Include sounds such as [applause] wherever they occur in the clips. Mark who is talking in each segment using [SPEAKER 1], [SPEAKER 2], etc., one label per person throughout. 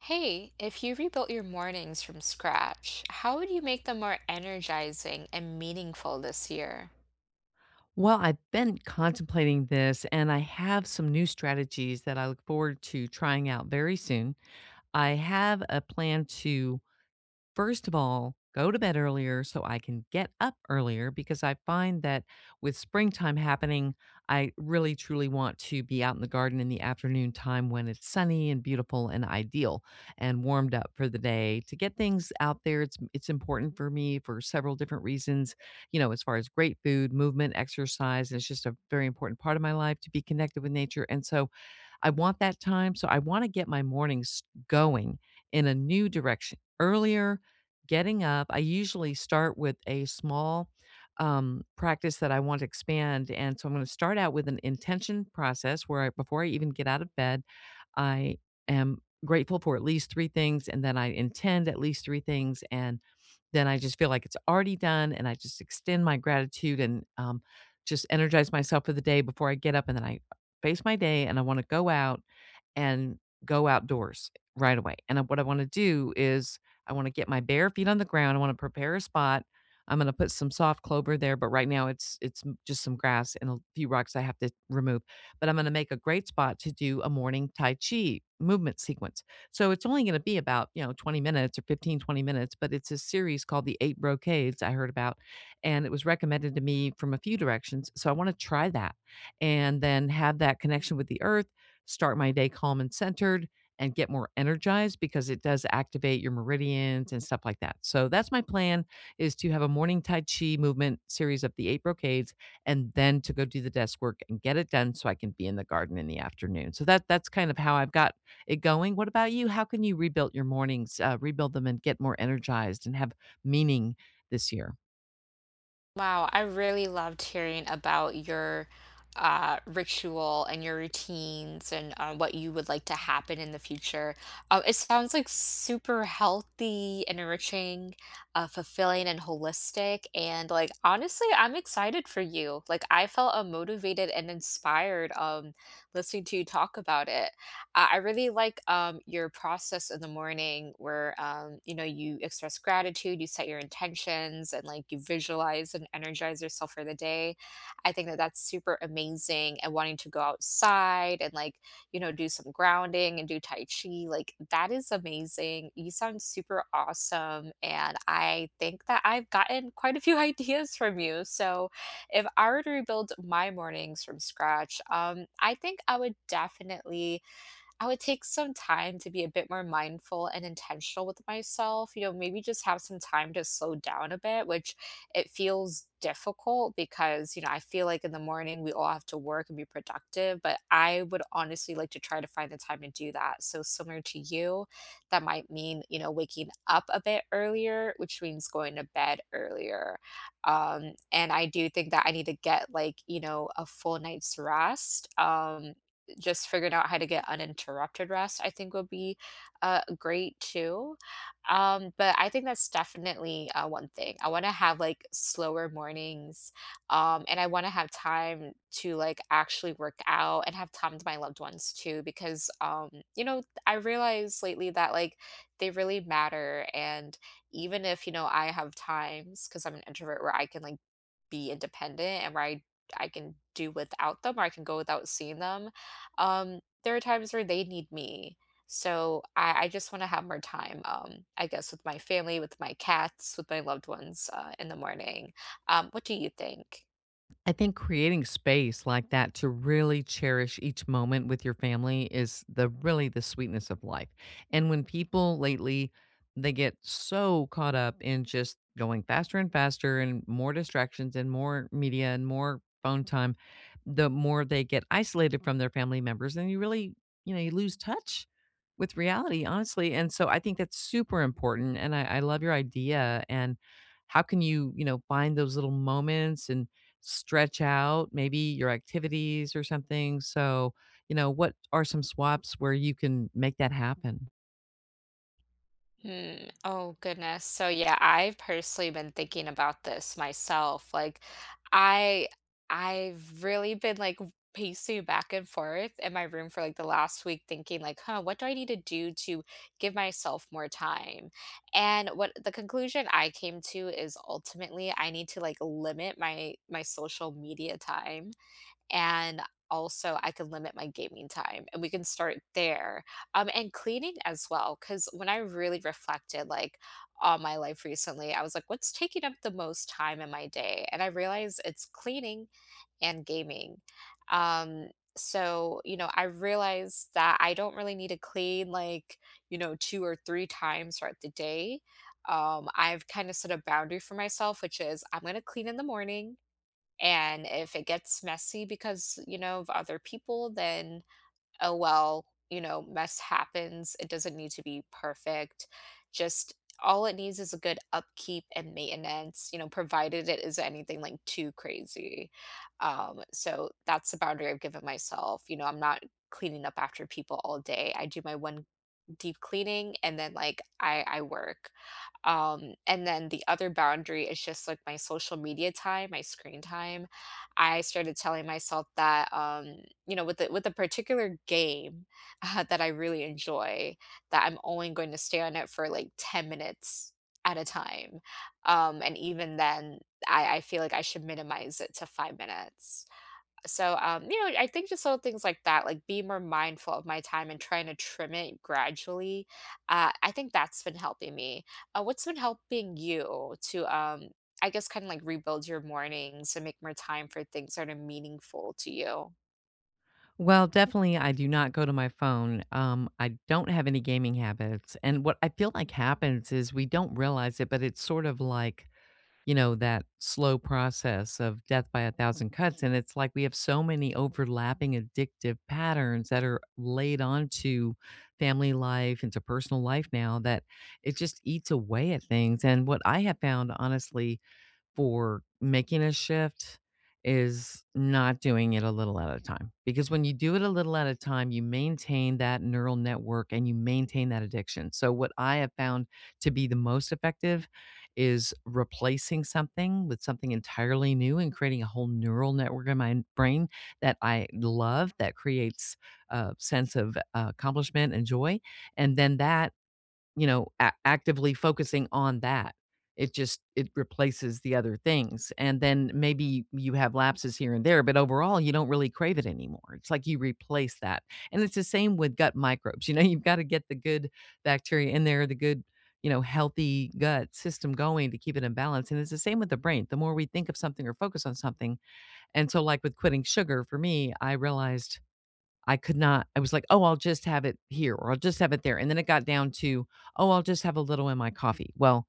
[SPEAKER 1] Hey, if you rebuilt your mornings from scratch, how would you make them more energizing and meaningful this year?
[SPEAKER 2] Well, I've been contemplating this and I have some new strategies that I look forward to trying out very soon. I have a plan to First of all, go to bed earlier so I can get up earlier because I find that with springtime happening, I really truly want to be out in the garden in the afternoon time when it's sunny and beautiful and ideal and warmed up for the day to get things out there. It's important for me for several different reasons, you know, as far as great food, movement, exercise, it's just a very important part of my life to be connected with nature. And so I want that time. So I want to get my mornings going in a new direction earlier. Getting up, I usually start with a small, practice that I want to expand, and so I'm gonna start out with an intention process where I before I even get out of bed, I am grateful for at least 3 things, and then I intend at least 3 things, and then I just feel like it's already done, and I just extend my gratitude and, just energize myself for the day before I get up, and then I face my day, and I wanna go out and go outdoors right away. And I What I wanna do is I wanna get my bare feet on the ground. I wanna prepare a spot. I'm gonna put some soft clover there, but right now it's m just some grass and a few rocks I have to remove, but I'm gonna make a great spot to do a morning tai chi movement sequence. So it's only gonna be about, you know, 20 minutes or 15, 20 minutes, but it's a series called The 8 Brocades I heard about, and it was recommended to me from a few directions, so I wanna try that and then have that connection with the earth, start my day calm and centered, and get more energized because it does activate your meridians and stuff like that. So that's my plan is to have a morning tai chi movement series of the eight brocades, and then to go do the desk work and get it done so I can be in the garden in the afternoon. So that's kind of how I've got it going. What about you? How can you rebuild your mornings, rebuild them and get more energized and have meaning this year?
[SPEAKER 1] Wow, I really loved hearing about your ritual and your routines, and what you would like to happen in the future. It sounds like super healthy, enriching, fulfilling, and holistic. And like honestly, I'm excited for you. Like I felt motivated and inspired, listening to you talk about it. I really like, your process in the morning where, you know, you express gratitude, you set your intentions, and like you visualize and energize yourself for the day. I think that's super amazing. And wanting to go outside and like, you know, do some grounding and do tai chi, like that is amazing. You sound super awesome, and I think that I've gotten quite a few [laughs] ideas from you. So if I were to rebuild my mornings from scratch, I think I would definitely, I would take some time to be a bit more mindful and intentional with myself, you know, maybe just have some time to slow down a bit, which it feels difficult because, you know, I feel like in the morning we all have to work and be productive, but I would honestly like to try to find the time to do that. So similar to you, that might mean, you know, waking up a bit earlier, which means going to bed earlier. And I do think that I need to get, like, you know, a full night's rest. Just figuring out how to get uninterrupted rest, I think would be, great too. But I think that's definitely, one thing. I wanna have, like, slower mornings, and I wanna have time to, like, actually work out and have time to my loved ones too because, you know, I realized lately that, like, they really matter, and even if, you know, I have times because 'cause I'm an introvert where I can, like, be independent and where I can do without them or I can go without seeing them. There are times where they need me. So I just want to have more time, I guess, with my family, with my cats, with my loved ones, in the morning. What do you think?
[SPEAKER 2] I think creating space like that to really cherish each moment with your family is the really the sweetness of life. And when people lately they get so caught up in just going faster and faster and more distractions and more media and more phone time, the more they get isolated from their family members and you really, you know, you lose touch with reality, honestly. And so I think that's super important. And I love your idea and how can you, you know, find those little moments and stretch out maybe your activities or something. So, you know, what are some swaps where you can make that happen?
[SPEAKER 1] Hmm. Oh, goodness. So, yeah, I've personally been thinking about this myself. Like, I I've really been like pacing back and forth in my room for like the last week thinking like, "Huh, what do I need to do to give myself more time?" And what the conclusion I came to is ultimately I need to like limit my social media time, and also I can limit my gaming time, and we can start there. And cleaning as well, because when I really reflected, like, on my life recently, I was like, what's taking up the most time in my day? And I realized it's cleaning and gaming. Um, so, you know, I realized that I don't really need to clean like, you know, two or three times throughout the day. I've kind of set a boundary for myself, which is I'm going to clean in the morning, and if it gets messy because, you know, of other people, then oh well, you know, mess happens. It doesn't need to be perfect. Just all it needs is a good upkeep and maintenance, you know, provided it is anything like too crazy. So that's the boundary I've given myself. You know, I'm not cleaning up after people all day. I do my one deep cleaning, and then like I work. And then the other boundary is just like my social media time, my screen time. I started telling myself that, you know, with a particular game, [laughs] that I really enjoy, that I'm only going to stay on it for like 10 minutes at a time. And even then, I feel like I should minimize it to 5 minutes. So, you know, I think just little things like that, like be more mindful of my time and trying to trim it gradually. I think that's been helping me. What's been helping you to, I guess, kind of like rebuild your mornings and make more time for things that are meaningful to you?
[SPEAKER 2] Well, definitely, I do not go to my phone. I don't have any gaming habits. And what I feel like happens is we don't realize it, but it's sort of like you know, that slow process of death by a thousand cuts. And it's like we have so many overlapping addictive patterns that are laid onto family life, into personal life now that it just eats away at things. And what I have found, honestly, for making a shift is not doing it a little at a time. Because when you do it a little at a time, you maintain that neural network and you maintain that addiction. So, what I have found to be the most effective is replacing something with something entirely new and creating a whole neural network in my brain that I love, that creates a sense of accomplishment and joy. And then that you know, a actively focusing on that. It just it replaces the other things, and then maybe you have lapses here and there, but overall, you don't really crave it anymore. It's like you replace that, and it's the same with gut microbes, [laughs] you know, you've gotta get the good bacteria in there, the good, you know, healthy gut system going to keep it in balance, and it's the same with the brain. The more we think of something or focus on something and so, like, with quitting sugar, for me, I realized I could not I was like, "Oh, I'll just have it here," or, "I'll just have it there," and then it got down to, "Oh, I'll just have a little in my coffee." Well,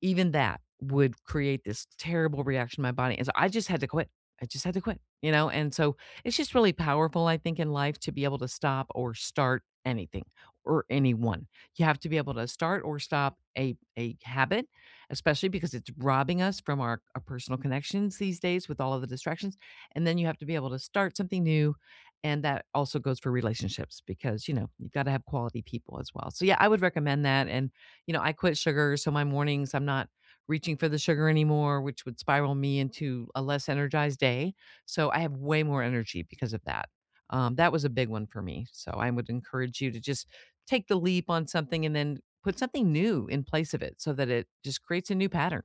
[SPEAKER 2] even that would create this terrible reaction in my body, and so I just had to quit. I just had to quit, you know, and so it's just really powerful, I think, in life to be able to stop or start anything or anyone. You have to be able to start or stop a habit, especially because it's robbing us from our personal connections these days with all of the distractions, and then you have to be able to start something new, and that also goes for relationships because, you know, you've gotta have quality people as well. So, yeah, I would recommend that, and you know, I quit sugar, so my mornings I'm not reaching for the sugar anymore, which would spiral me into a less energized day. So I have way more energy because of that. That was a big one for me. So I would encourage you to just take the leap on something and then put something new in place of it so that it just creates a new pattern.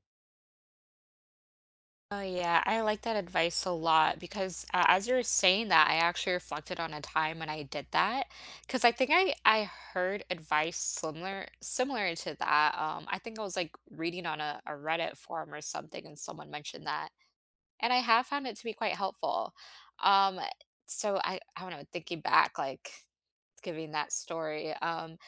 [SPEAKER 1] Oh, yeah, I like that advice a lot because, as you were saying that, I actually reflected on a time when I did that because I think I heard advice similar to that. I think I was like reading on a Reddit forum or something, and someone mentioned that, and I have found it to be quite helpful. Um, so I don't know, thinking back, like giving that story.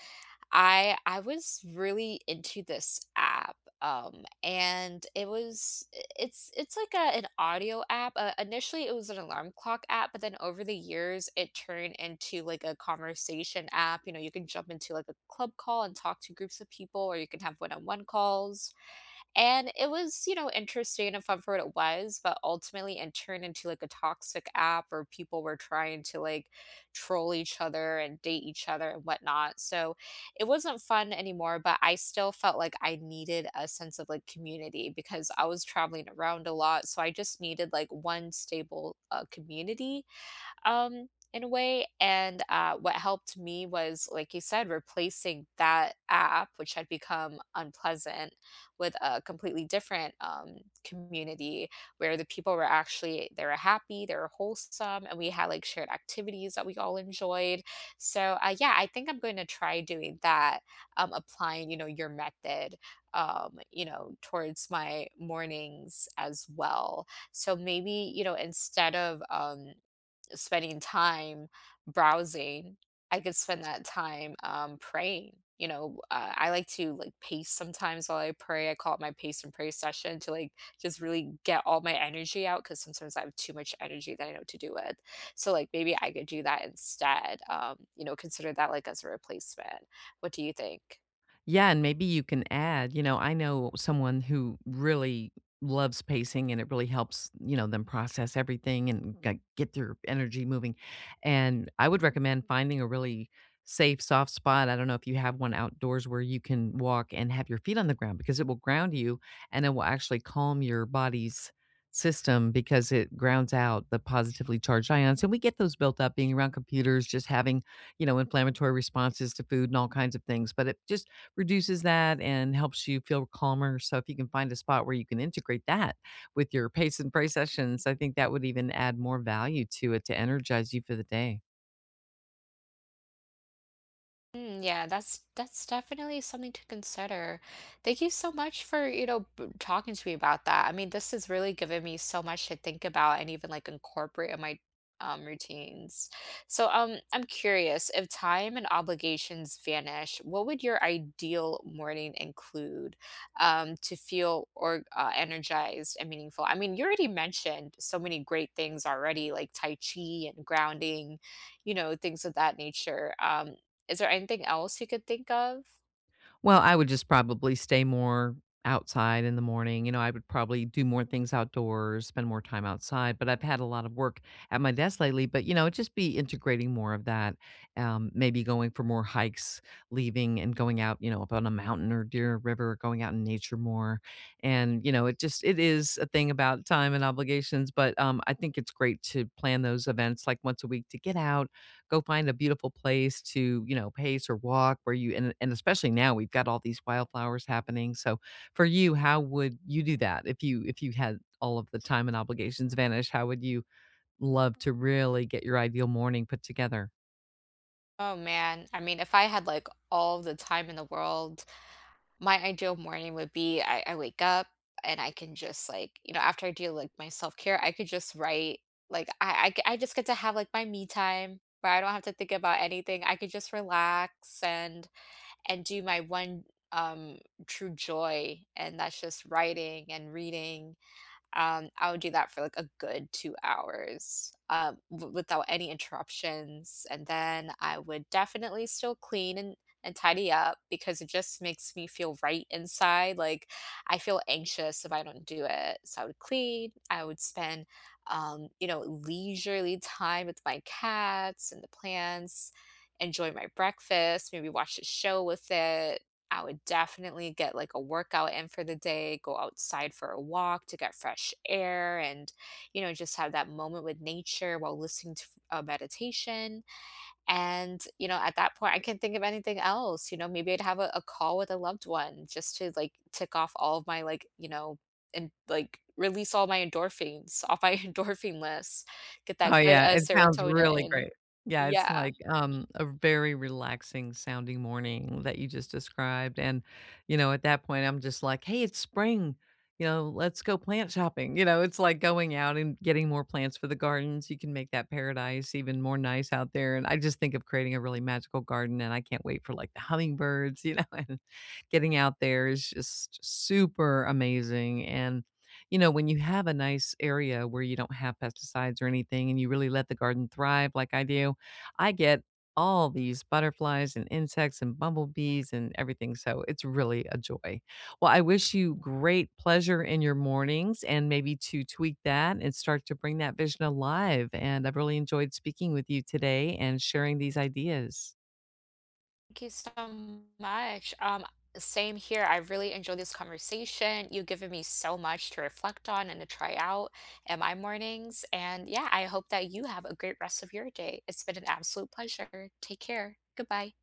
[SPEAKER 1] I was really into this app, and it was I it's like a an audio app. Initially, it was an alarm clock app, but then over the years, it turned into like a conversation app. You know, you can jump into like a club call and talk to groups of people, or you can have one-on-one calls. And it was, you know, interesting and fun for what it was, but ultimately it turned into like a toxic app where people were trying to like troll each other and date each other and whatnot. So it wasn't fun anymore, but I still felt like I needed a sense of like community because I was traveling around a lot. So I just needed like one stable, community, um, in a way. And what helped me was, like you said, replacing that app, which had become unpleasant, with a completely different, community where the people were actually, they were happy, they were wholesome, and we had like shared activities that we all enjoyed. So yeah, I think I'm going to try doing that, applying, you know, your method, you know, towards my mornings as well. So maybe, you know, instead of, spending time browsing, I could spend that time, praying, you know. I like to, like, pace sometimes while I pray. I call it my pace and pray session, to, like, just really get all my energy out because sometimes I have too much energy that I know what to do with. So, like, maybe I could do that instead, you know, consider that, like, as a replacement. What do you think?
[SPEAKER 2] Yeah, and maybe you can add, you know, I know someone who really loves pacing and it really helps, you know, them process everything and get their energy moving. And I would recommend finding a really safe, soft spot. I don't know if you have one outdoors where you can walk and have your feet on the ground because it will ground you and it will actually calm your body's system because it grounds out the positively charged ions. And we get those built up being around computers, just having, you know, inflammatory responses to food and all kinds of things. But it just reduces that and helps you feel calmer. So if you can find a spot where you can integrate that with your pace and pray sessions, I think that would even add more value to it to energize you for the day.
[SPEAKER 1] Mm, yeah, that's definitely something to consider. Thank you so much for, you know, talking to me about that. I mean, this has really given me so much to think about and even like incorporate in my, routines. So, I'm curious, if time and obligations vanish, what would your ideal morning include, to feel or, energized and meaningful? I mean, you already mentioned so many great things already, like tai chi and grounding, you know, things of that nature. Is there anything else you could think of?
[SPEAKER 2] Well, I would just probably stay more outside in the morning. You know, I would probably do more things outdoors, spend more time outside. But I've had a lot of work at my desk lately. But, you know, it'd just be integrating more of that. Maybe going for more hikes, leaving and going out, you know, up on a mountain or near a river, going out in nature more. And, you know, it just it is a thing about time and obligations. But I think it's great to plan those events like once a week to get out, go find a beautiful place to, you know, pace or walk where you and especially now we've got all these wildflowers happening. So for you, how would you do that if you had all of the time and obligations vanish? How would you love to really get your ideal morning put together?
[SPEAKER 1] Oh man, I mean, if I had like all the time in the world, my ideal morning would be, I wake up and I can just like, you know, after I do like my self care, I could just write. Like, I just get to have like my me time where I don't have to think about anything. I could just relax and do my one, um true joy, and that's just writing and reading. I would do that for, like, a good 2 hours, w without any interruptions, and then I would definitely still clean and tidy up because it just makes me feel right inside, like, I feel anxious if I don't do it, so I would clean, I would spend, you know, leisurely time with my cats and the plants, enjoy my breakfast, maybe watch a show with it. I would definitely get like a workout in for the day, go outside for a walk to get fresh air and, you know, just have that moment with nature while listening to a meditation. And, you know, at that point, I can't think of anything else. You know, maybe I'd have a call with a loved one just to like tick off all of my, like, you know, and like release all my endorphins off my [laughs] endorphin list, get that
[SPEAKER 2] Oh,
[SPEAKER 1] good,
[SPEAKER 2] yeah, it sounds really
[SPEAKER 1] serotonin.
[SPEAKER 2] great. Yeah, it's
[SPEAKER 1] Yeah.
[SPEAKER 2] like, a very relaxing sounding morning that you just described, and, you know, at that point, I'm just like, "Hey, it's spring, you know, let's go plant shopping," you know, it's like going out and getting more plants for the gardens, you can make that paradise even more nice out there, and I just think of creating a really magical garden, and I can't wait for, like, the hummingbirds, you know, [laughs] and getting out there is just super amazing, and you know, when you have a nice area where you don't have pesticides or anything and you really let the garden thrive like I do, I get all these butterflies and insects and bumblebees and everything. So it's really a joy. Well, I wish you great pleasure in your mornings and maybe to tweak that and start to bring that vision alive. And I've really enjoyed speaking with you today and sharing these ideas.
[SPEAKER 1] Thank you so much. Same here. I really enjoyed this conversation. You've given me so much to reflect on and to try out in my mornings. And yeah, I hope that you have a great rest of your day. It's been an absolute pleasure. Take care. Goodbye.